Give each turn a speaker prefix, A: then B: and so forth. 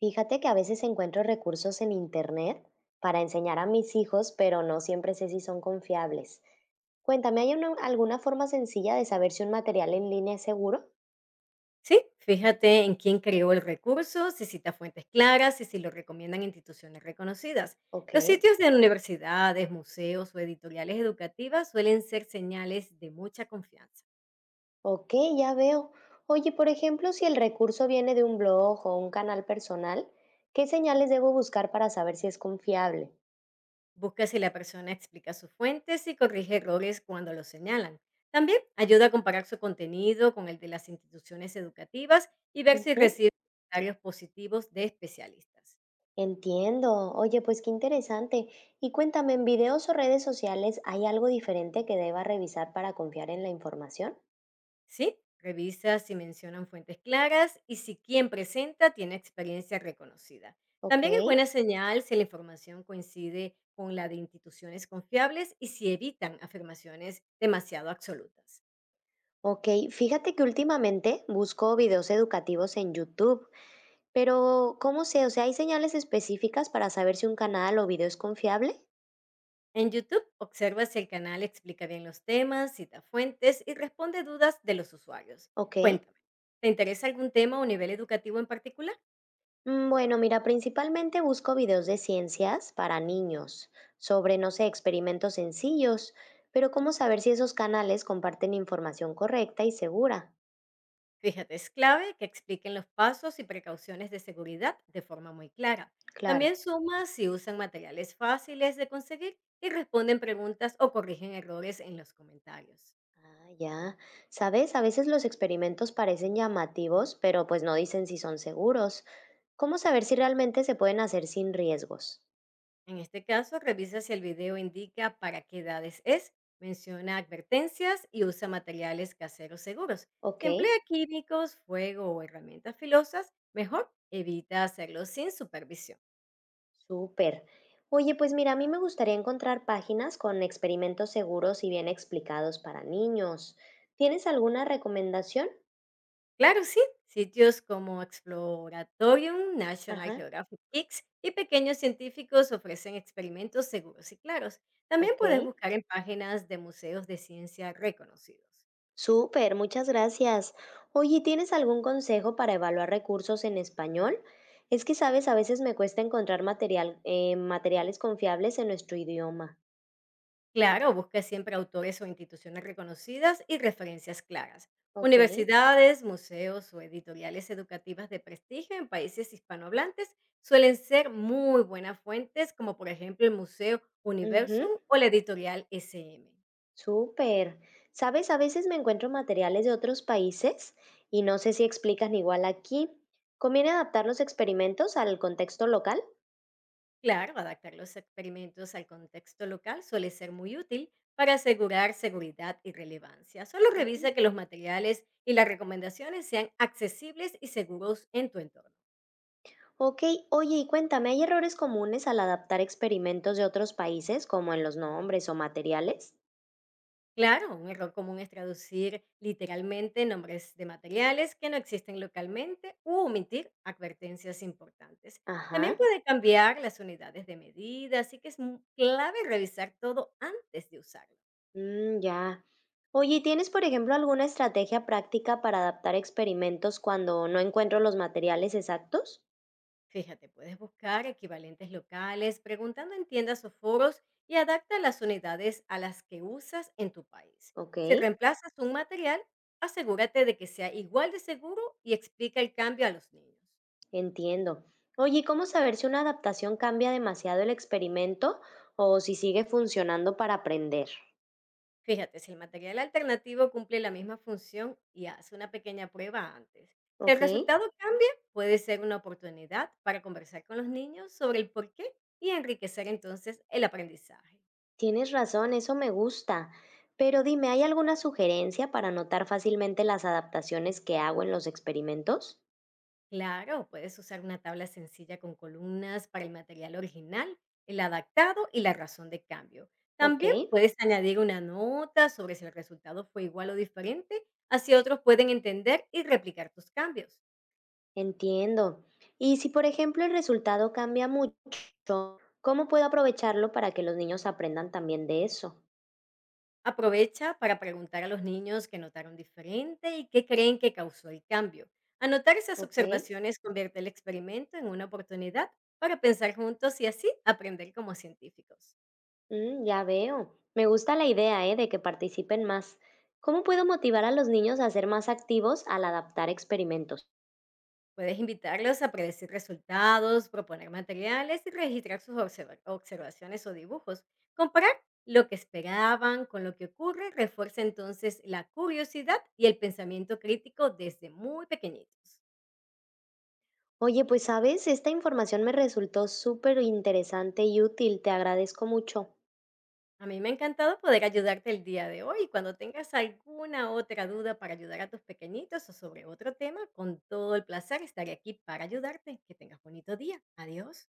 A: Fíjate que a veces encuentro recursos en Internet para enseñar a mis hijos, pero no siempre sé si son confiables. Cuéntame, ¿hay alguna forma sencilla de saber si un material en línea es seguro?
B: Sí, fíjate en quién creó el recurso, si cita fuentes claras y si lo recomiendan instituciones reconocidas.
A: Ok.
B: Los sitios de universidades, museos o editoriales educativas suelen ser señales de mucha confianza.
A: Ok, ya veo. Oye, por ejemplo, si el recurso viene de un blog o un canal personal, ¿qué señales debo buscar para saber si es confiable?
B: Busca si la persona explica sus fuentes y corrige errores cuando los señalan. También ayuda a comparar su contenido con el de las instituciones educativas y ver si
A: Ujú.
B: recibe comentarios positivos de especialistas.
A: Entiendo. Oye, pues qué interesante. Y cuéntame, ¿en videos o redes sociales hay algo diferente que deba revisar para confiar en la información?
B: Sí, revisa si mencionan fuentes claras y si quien presenta tiene experiencia reconocida.
A: Ok.
B: También es buena señal si la información coincide con la de instituciones confiables y si evitan afirmaciones demasiado absolutas.
A: Ok. Fíjate que últimamente busco videos educativos en YouTube, pero ¿cómo sé? O sea, ¿hay señales específicas para saber si un canal o video es confiable?
B: En YouTube, observa si el canal explica bien los temas, cita fuentes y responde dudas de los usuarios.
A: Ok.
B: Cuéntame, ¿te interesa algún tema o nivel educativo en particular?
A: Bueno, mira, principalmente busco videos de ciencias para niños, sobre, no sé, experimentos sencillos, pero ¿cómo saber si esos canales comparten información correcta y segura?
B: Fíjate, es clave que expliquen los pasos y precauciones de seguridad de forma muy clara. También
A: Claro.
B: suma si usan materiales fáciles de conseguir y responden preguntas o corrigen errores en los comentarios.
A: Ah, ya, sabes, a veces los experimentos parecen llamativos, pero pues no dicen si son seguros. ¿Cómo saber si realmente se pueden hacer sin riesgos?
B: En este caso, revisa si el video indica para qué edades es, menciona advertencias y usa materiales caseros seguros.
A: Ok.
B: Si emplea químicos, fuego o herramientas filosas, mejor evita hacerlo sin supervisión.
A: Súper. Oye, pues mira, a mí me gustaría encontrar páginas con experimentos seguros y bien explicados para niños. ¿Tienes alguna recomendación?
B: Claro, sí. Sitios como Exploratorium, National
A: Ajá.
B: Geographic Kids y pequeños científicos ofrecen experimentos seguros y claros. También
A: Ok.
B: puedes buscar en páginas de museos de ciencia reconocidos.
A: Súper, muchas gracias. Oye, ¿tienes algún consejo para evaluar recursos en español? Es que, sabes, a veces me cuesta encontrar material, materiales confiables en nuestro idioma.
B: Claro, busca siempre autores o instituciones reconocidas y referencias claras.
A: Ok.
B: Universidades, museos o editoriales educativas de prestigio en países hispanohablantes suelen ser muy buenas fuentes, como por ejemplo el Museo
A: Ujú.
B: Universum o la editorial SM.
A: Súper. Sabes, a veces me encuentro materiales de otros países y no sé si explican igual aquí. ¿Conviene adaptar los experimentos al contexto local?
B: Claro, adaptar los experimentos al contexto local suele ser muy útil para asegurar seguridad y relevancia. Solo
A: Ujú.
B: revisa que los materiales y las recomendaciones sean accesibles y seguros en tu entorno.
A: Ok. Oye, y cuéntame, ¿hay errores comunes al adaptar experimentos de otros países, como en los nombres o materiales?
B: Claro, un error común es traducir literalmente nombres de materiales que no existen localmente u omitir advertencias importantes. También
A: Ajá.
B: puede cambiar las unidades de medida, así que es clave revisar todo antes de usarlo.
A: Ya. Oye, ¿y tienes, por ejemplo, alguna estrategia práctica para adaptar experimentos cuando no encuentro los materiales exactos?
B: Fíjate, puedes buscar equivalentes locales preguntando en tiendas o foros y adapta las unidades a las que usas en tu país.
A: Ok.
B: Si reemplazas un material, asegúrate de que sea igual de seguro y explica el cambio a los niños.
A: Entiendo. Oye, ¿y cómo saber si una adaptación cambia demasiado el experimento o si sigue funcionando para aprender?
B: Fíjate, si el material alternativo cumple la misma función y hace una pequeña prueba antes. Si el
A: Ok,
B: resultado cambia, puede ser una oportunidad para conversar con los niños sobre el porqué y enriquecer entonces el aprendizaje.
A: tienes razón, eso me gusta. Pero dime, ¿hay alguna sugerencia para notar fácilmente las adaptaciones que hago en los experimentos?
B: Claro, puedes usar una tabla sencilla con columnas para el material original, el adaptado y la razón de cambio.
A: Ok,
B: También puedes añadir una nota sobre si el resultado fue igual o diferente, así otros pueden entender y replicar tus cambios.
A: entiendo. Y si, por ejemplo, el resultado cambia mucho, ¿cómo puedo aprovecharlo para que los niños aprendan también de eso?
B: Aprovecha para preguntar a los niños qué notaron diferente y qué creen que causó el cambio. Anotar esas
A: Ok.
B: observaciones convierte el experimento en una oportunidad para pensar juntos y así aprender como científicos.
A: Ya veo. Me gusta la idea, ¿eh?, de que participen más. ¿Cómo puedo motivar a los niños a ser más activos al adaptar experimentos?
B: Puedes invitarlos a predecir resultados, proponer materiales y registrar sus observaciones o dibujos. Comparar lo que esperaban con lo que ocurre refuerza entonces la curiosidad y el pensamiento crítico desde muy pequeñitos.
A: Oye, pues sabes, esta información me resultó súper interesante y útil. Te agradezco mucho.
B: A mí me ha encantado poder ayudarte el día de hoy cuando tengas alguna otra duda para ayudar a tus pequeñitos o sobre otro tema, con todo el placer estaré aquí para ayudarte. Que tengas bonito día. Adiós.